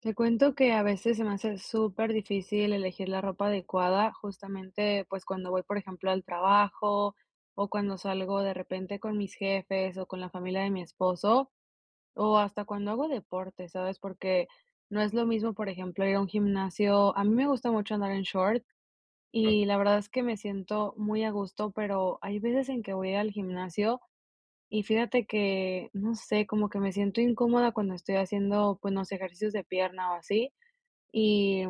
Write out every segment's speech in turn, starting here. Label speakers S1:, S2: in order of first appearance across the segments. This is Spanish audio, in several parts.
S1: Te cuento que a veces se me hace súper difícil elegir la ropa adecuada, justamente pues cuando voy, por ejemplo, al trabajo o cuando salgo de repente con mis jefes o con la familia de mi esposo o hasta cuando hago deporte, ¿sabes? Porque no es lo mismo, por ejemplo, ir a un gimnasio. A mí me gusta mucho andar en short
S2: Claro,
S1: y la verdad es que me siento muy a gusto, pero hay veces en que voy al gimnasio y fíjate que, no sé, como que me siento incómoda cuando estoy haciendo, pues, no sé, ejercicios de pierna o así y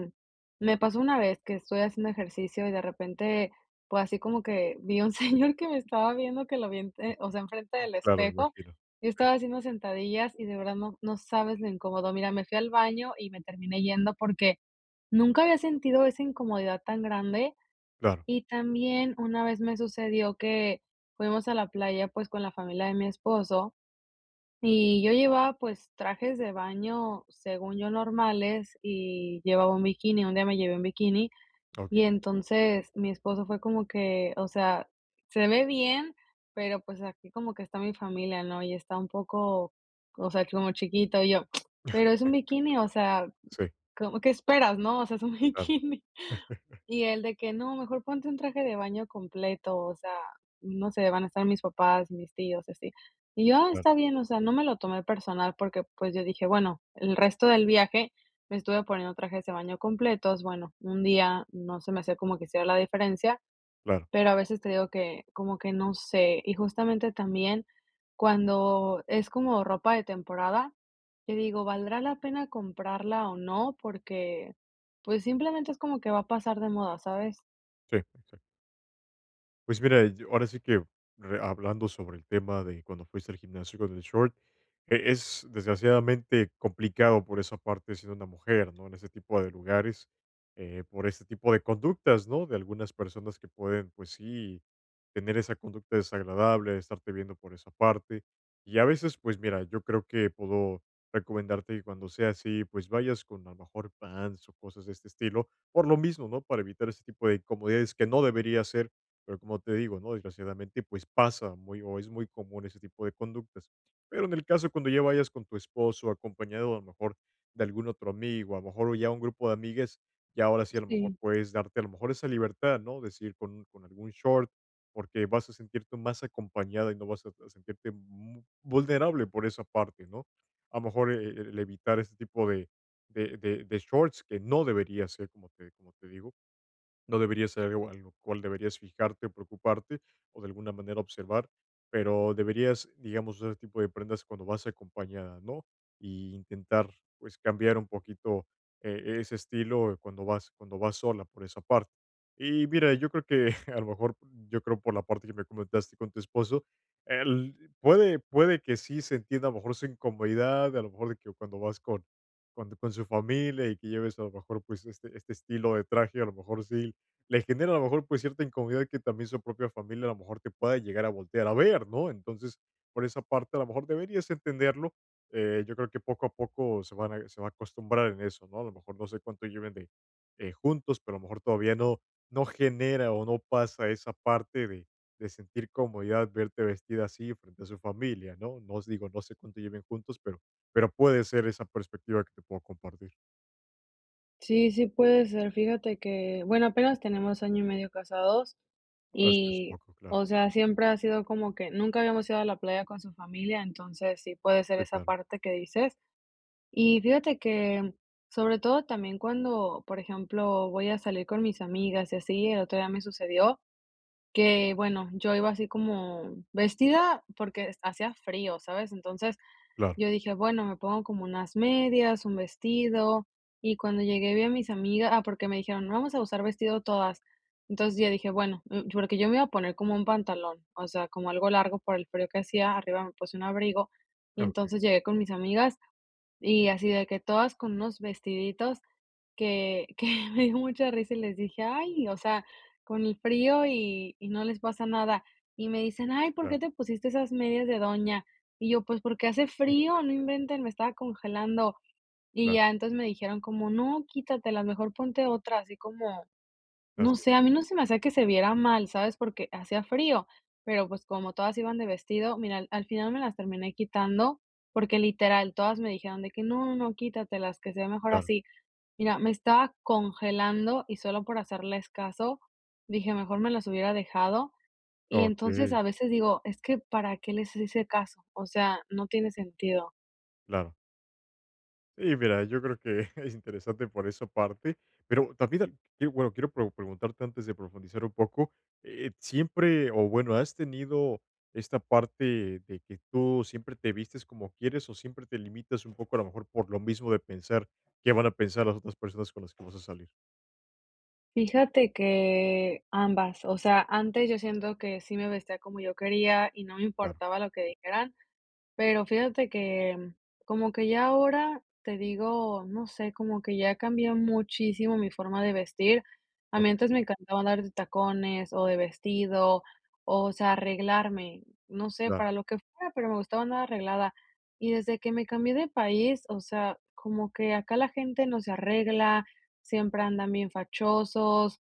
S1: me pasó una vez que estoy haciendo ejercicio y de repente, pues así como que vi un señor que me estaba viendo, que lo vi, o sea, enfrente del
S2: claro, Me
S1: espejo.
S2: imagino.
S1: Yo
S2: Sí,
S1: estaba haciendo sentadillas y de verdad no, no sabes lo incómodo. Mira, me fui al baño y me terminé yendo porque nunca había sentido esa incomodidad tan grande.
S2: claro,
S1: Y también una vez me sucedió que fuimos a la playa pues con la familia de mi esposo. Y yo llevaba, pues, trajes de baño, según yo, normales, y llevaba un bikini. Un día me llevé un bikini, y
S2: okey,
S1: entonces mi esposo fue como que, o sea, se ve bien, pero pues aquí como que está mi familia, ¿no? Y está un poco, o sea, como chiquito. Y yo, pero es un bikini, o sea,
S2: sí,
S1: como, ¿qué esperas, no? O sea, es un
S2: claro,
S1: bikini. Y él de que: "No, mejor ponte un traje de baño completo, o sea, no sé, van a estar mis papás, mis tíos, así". Y yo: "Ah,
S2: claro,
S1: está bien", o sea, no me lo tomé personal porque, pues, yo dije: "Bueno, el resto del viaje me estuve poniendo trajes de baño completos, bueno, un día no se me hacía como que hiciera la diferencia,
S2: claro,
S1: pero a veces te digo que como que no sé, y justamente también cuando es como ropa de temporada, que digo, ¿valdrá la pena comprarla o no? Porque, pues, simplemente es como que va a pasar de moda, ¿sabes?
S2: sí, exacto. Pues mira, yo ahora sí que hablando sobre el tema de cuando fuiste al gimnasio con el short, es desgraciadamente complicado por esa parte siendo una mujer, ¿no? En ese tipo de lugares, por este tipo de conductas, ¿no? De algunas personas que pueden, pues sí, tener esa conducta desagradable, de estarte viendo por esa parte. Y a veces, pues mira, yo creo que puedo recomendarte que cuando sea así, pues vayas con a lo mejor pants o cosas de este estilo, por lo mismo, ¿no? Para evitar ese tipo de incomodidades que no debería ser, pero como te digo, ¿no? Desgraciadamente, pues pasa muy o es muy común ese tipo de conductas. Pero en el caso cuando ya vayas con tu esposo, acompañado a lo mejor de algún otro amigo, a lo mejor ya un grupo de amigas, ya ahora sí a lo mejor
S1: Sí.
S2: puedes darte a lo mejor esa libertad, ¿no? Decir con algún short, porque vas a sentirte más acompañada y no vas a sentirte vulnerable por esa parte, ¿no? A lo mejor el evitar este tipo de shorts que no debería ser, como te digo, no debería ser algo en lo cual deberías fijarte preocuparte o de alguna manera observar, pero deberías, digamos, usar ese tipo de prendas cuando vas acompañada, ¿no? Y intentar, pues, cambiar un poquito ese estilo cuando vas sola por esa parte. Y mira, yo creo que a lo mejor, yo creo por la parte que me comentaste con tu esposo, él puede que sí se entienda a lo mejor su incomodidad, a lo mejor de que cuando vas con su familia y que lleves a lo mejor pues este estilo de traje, a lo mejor sí le genera a lo mejor, pues, cierta incomodidad que también su propia familia a lo mejor te pueda llegar a voltear a ver, ¿no? Entonces, por esa parte, a lo mejor deberías entenderlo. Yo creo que poco a poco se va a acostumbrar en eso, ¿no? A lo mejor no sé cuánto lleven de, juntos, pero a lo mejor todavía no no genera o no pasa esa parte de sentir comodidad verte vestida así frente a su familia, ¿no? No os digo, no sé cuánto lleven juntos, pero puede ser esa perspectiva que te puedo compartir.
S1: Sí, sí puede ser. Fíjate que, bueno, apenas tenemos año y medio casados
S2: Así es, un
S1: y,
S2: poco, claro.
S1: o sea, siempre ha sido como que nunca habíamos ido a la playa con su familia, entonces sí puede ser
S2: Sí,
S1: esa
S2: claro,
S1: parte que dices. Y fíjate que, sobre todo también cuando, por ejemplo, voy a salir con mis amigas y así, el otro día me sucedió que, bueno, yo iba así como vestida porque hacía frío, ¿sabes? Entonces
S2: claro.
S1: yo dije, bueno, me pongo como unas medias, un vestido. Y cuando llegué vi a mis amigas, ah, porque me dijeron, vamos a usar vestido todas. Entonces yo dije, bueno, porque yo me iba a poner como un pantalón, o sea, como algo largo por el frío que hacía, arriba me puse un abrigo. Y
S2: Okey,
S1: entonces llegué con mis amigas. Y así de que todas con unos vestiditos que me dio mucha risa y les dije: "Ay, o sea, con el frío y no les pasa nada". Y me dicen: "Ay, ¿por qué
S2: claro.
S1: te pusiste esas medias de doña?". Y yo: "Pues porque hace frío, no inventen, me estaba congelando". Y
S2: Claro,
S1: ya entonces me dijeron como: "No, quítatelas, mejor ponte otras", así como no
S2: así
S1: sé,
S2: es,
S1: a mí no se me hacía que se viera mal, ¿sabes? Porque hacía frío, pero, pues, como todas iban de vestido, mira, al final me las terminé quitando, porque literal todas me dijeron de que: "No, no, no, quítatelas, que se ve mejor
S2: claro.
S1: así". Mira, me estaba congelando y solo por hacerles caso, dije: "Mejor me las hubiera dejado". Y entonces,
S2: Okey,
S1: a veces digo: "Es que, ¿para qué les hice caso?". O sea, no tiene sentido.
S2: claro. Sí, mira, yo creo que es interesante por esa parte, pero también, que bueno, quiero preguntarte antes de profundizar un poco, siempre, o bueno, ¿has tenido esta parte de que tú siempre te vistes como quieres o siempre te limitas un poco a lo mejor por lo mismo de pensar qué van a pensar las otras personas con las que vas a salir?
S1: Fíjate que ambas, o sea, antes yo siento que sí me vestía como yo quería y no me
S2: Claro,
S1: importaba lo que dijeran, pero fíjate que, como que ya ahora, te digo, no sé, como que ya cambié muchísimo mi forma de vestir. A mí
S2: okey,
S1: antes me encantaba andar de tacones o de vestido, o sea, arreglarme, no sé,
S2: claro,
S1: para lo que fuera, pero me gustaba andar arreglada. Y desde que me cambié de país, o sea, como que acá la gente no se arregla, siempre andan bien fachosos.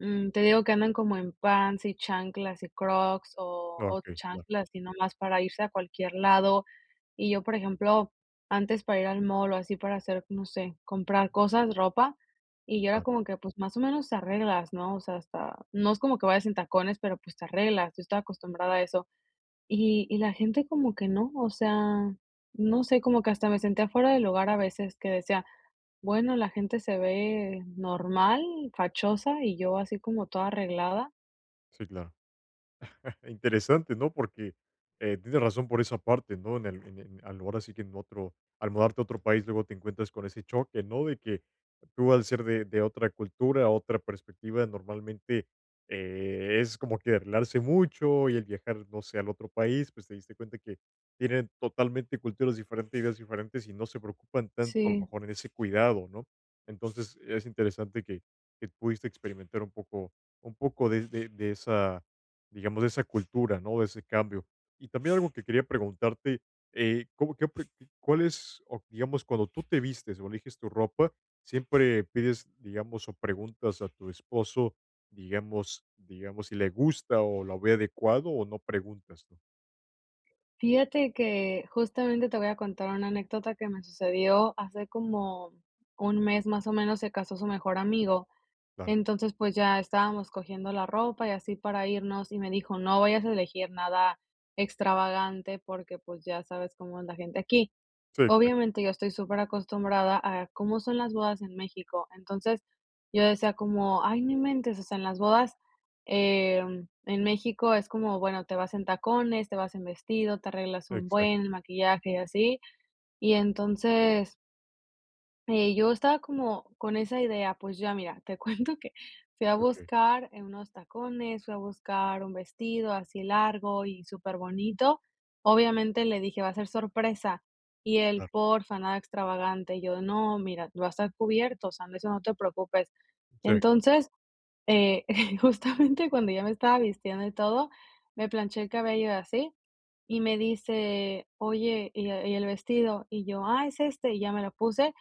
S1: Te digo que andan como en pants y chanclas y Crocs o
S2: okey, claro,
S1: chanclas y nomás para irse a cualquier lado. Y yo, por ejemplo, antes para ir al mall o así para hacer, no sé, comprar cosas, ropa, y yo era
S2: claro.
S1: como que, pues, más o menos te arreglas, ¿no? O sea, hasta no es como que vayas en tacones, pero, pues, te arreglas. Yo estaba acostumbrada a eso. Y la gente como que no, o sea, no sé, como que hasta me sentía fuera del lugar a veces que decía: bueno, la gente se ve normal, fachosa y yo así como toda arreglada.
S2: Sí, claro. Interesante, ¿no? Porque, tienes razón por esa parte, ¿no? En el en al Ahora sí que en otro al mudarte a otro país, luego te encuentras con ese choque, ¿no? De que tú al ser de otra cultura, otra perspectiva, normalmente, es como que arreglarse mucho y el viajar, no sé, al otro país, pues, te diste cuenta que tienen totalmente culturas diferentes, ideas diferentes y no se preocupan tanto, a lo
S1: Sí.
S2: mejor, en ese cuidado, ¿no? Entonces, es interesante que pudiste experimentar un poco de esa, digamos, de esa cultura, ¿no? De ese cambio. Y también algo que quería preguntarte, ¿cómo, qué, pre- qué- ¿cuál es, o digamos, cuando tú te vistes o eliges tu ropa, siempre pides, digamos, o preguntas a tu esposo, digamos, si le gusta o lo ve adecuado o no preguntas, ¿no?
S1: Fíjate que justamente te voy a contar una anécdota que me sucedió hace como un mes más o menos se casó su mejor amigo.
S2: Claro.
S1: Entonces, pues ya estábamos cogiendo la ropa y así para irnos y me dijo, no vayas a elegir nada extravagante porque pues ya sabes cómo es la gente aquí.
S2: Sí, exacto.
S1: Obviamente, yo estoy súper acostumbrada a cómo son las bodas en México. Entonces, yo decía como: "Ay, no inventes", o sea, en las bodas, en México es como, bueno, te vas en tacones, te vas en vestido, te arreglas un buen,
S2: Exacto.
S1: el maquillaje y así. Y entonces, yo estaba como con esa idea, pues ya mira, te cuento que fui a
S2: Ok.
S1: buscar, unos tacones, fui a buscar un vestido así largo y súper bonito. Obviamente le dije: "Va a ser sorpresa", y él:
S2: Claro.
S1: "Porfa, nada extravagante". Yo: "No, mira, va a estar cubierto, o sea, de eso no te preocupes".
S2: Sí,
S1: Entonces, eh, justamente cuando ya me estaba vistiendo y todo, me planché el cabello y así, y me dice: "Oye, ¿y el vestido?". Y yo: "Ah, es este", y ya me lo puse,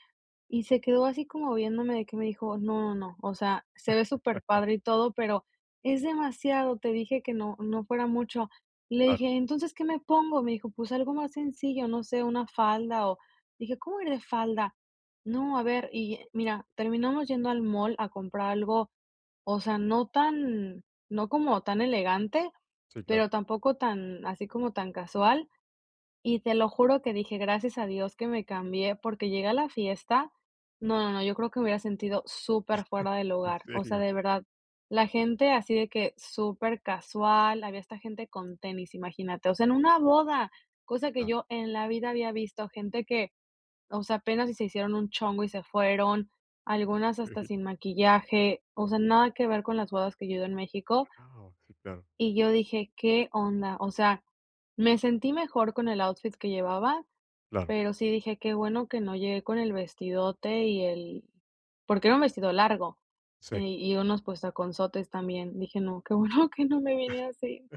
S1: y se quedó así como viéndome de que me dijo: "No, no, no, o sea, se ve súper padre y todo, pero es demasiado, te dije que no fuera mucho". Le
S2: claro.
S1: dije: "Entonces, ¿qué me pongo?". Me dijo: "Pues algo más sencillo, no sé, una falda o". Dije: "¿Cómo ir de falda?". No, a ver, y mira, terminamos yendo al mall a comprar algo, o sea, no como tan elegante,
S2: Sí, claro.
S1: pero tampoco tan así como tan casual. Y te lo juro que dije: "Gracias a Dios que me cambié", porque llegué a la fiesta, no, no, no, yo creo que me hubiera sentido súper fuera del
S2: En
S1: lugar. O sea,
S2: serio.
S1: de verdad, la gente así de que súper casual, había esta gente con tenis, imagínate, o sea, en una boda, cosa que
S2: Claro.
S1: yo en la vida había visto, gente que, o sea, apenas si se hicieron un chongo y se fueron, algunas hasta sin maquillaje, o sea, nada que ver con las bodas que yo he ido en México,
S2: Wow. Sí, claro.
S1: y yo dije: "¿Qué onda?". O sea, me sentí mejor con el outfit que llevaba,
S2: Claro.
S1: pero sí dije: "Qué bueno que no llegué con el vestidote y el", porque era un vestido largo,
S2: Sí.
S1: y unos pues taconzotes también. Dije: "No, qué bueno que no me vine así".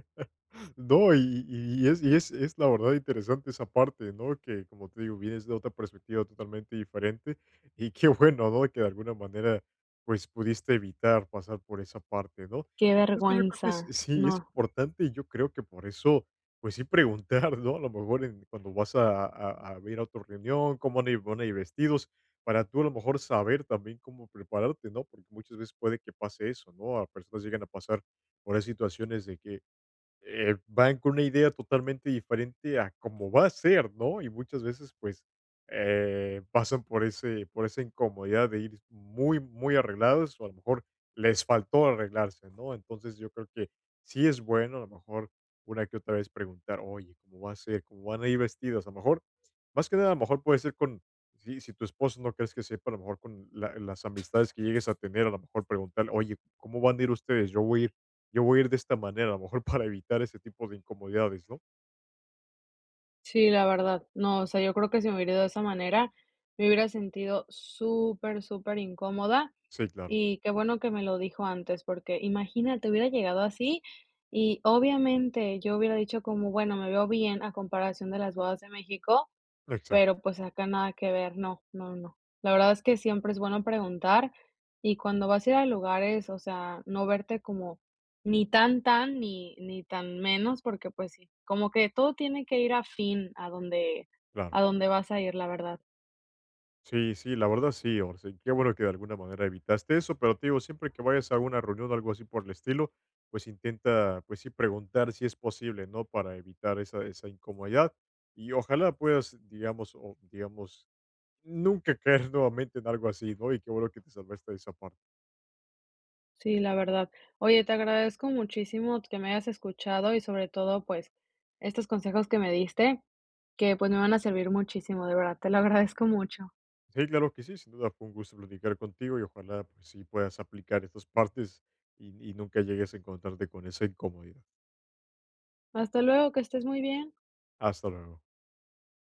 S2: No, y es la verdad interesante esa parte, ¿no? Que, como te digo, vienes de otra perspectiva totalmente diferente, y qué bueno, ¿no? Que de alguna manera, pues, pudiste evitar pasar por esa parte, ¿no?
S1: Qué
S2: Y por eso yo creo que es
S1: vergüenza.
S2: sí, es
S1: No.
S2: importante, y yo creo que por eso, pues sí preguntar, ¿no? A lo mejor en cuando vas a ir a otra reunión, cómo van a ir vestidos, para tú a lo mejor saber también cómo prepararte, ¿no? Porque muchas veces puede que pase eso, ¿no? A personas llegan a pasar por esas situaciones de que van con una idea totalmente diferente a cómo va a ser, ¿no? Y muchas veces, pues, pasan por ese por esa incomodidad de ir muy, muy arreglados, o a lo mejor les faltó arreglarse, ¿no? Entonces, yo creo que sí es bueno, a lo mejor, una que otra vez preguntar: "Oye, ¿cómo va a ser? ¿Cómo van a ir vestidos?". A lo mejor, más que nada, a lo mejor puede ser con, si tu esposo no crees que sepa, a lo mejor con la las amistades que llegues a tener, a lo mejor preguntar: "Oye, ¿cómo van a ir ustedes? Yo voy a ir". Yo voy a ir de esta manera, a lo mejor para evitar ese tipo de incomodidades, ¿no?
S1: Sí, la verdad. No, o sea, yo creo que si me hubiera ido de esa manera, me hubiera sentido súper, súper incómoda
S2: Sí, claro.
S1: y qué bueno que me lo dijo antes, porque imagínate, hubiera llegado así y obviamente yo hubiera dicho como: "Bueno, me veo bien a comparación de las bodas de México".
S2: Exacto,
S1: Pero, pues, acá nada que ver, no, no, no. La verdad es que siempre es bueno preguntar, y cuando vas a ir a lugares, o sea, no verte como ni tan, tan, ni tan menos, porque, pues sí, como que todo tiene que ir afín
S2: claro.
S1: a donde vas a ir, la verdad.
S2: Sí, sí, la verdad sí, o sea, qué bueno que de alguna manera evitaste eso, pero te digo, siempre que vayas a alguna reunión o algo así por el estilo, pues intenta, pues sí, preguntar si es posible, ¿no? Para evitar esa, esa incomodidad y ojalá puedas, digamos, o digamos, nunca caer nuevamente en algo así, ¿no? Y qué bueno que te salvaste de esa parte.
S1: Sí, la verdad. Oye, te agradezco muchísimo que me hayas escuchado y sobre todo, pues, estos consejos que me diste, que, pues, me van a servir muchísimo, de verdad, te lo agradezco mucho.
S2: Sí, claro que sí, sin duda fue un gusto platicar contigo y ojalá pues sí puedas aplicar estas partes y nunca llegues a encontrarte con esa incomodidad.
S1: Hasta luego, que estés muy bien.
S2: Hasta luego.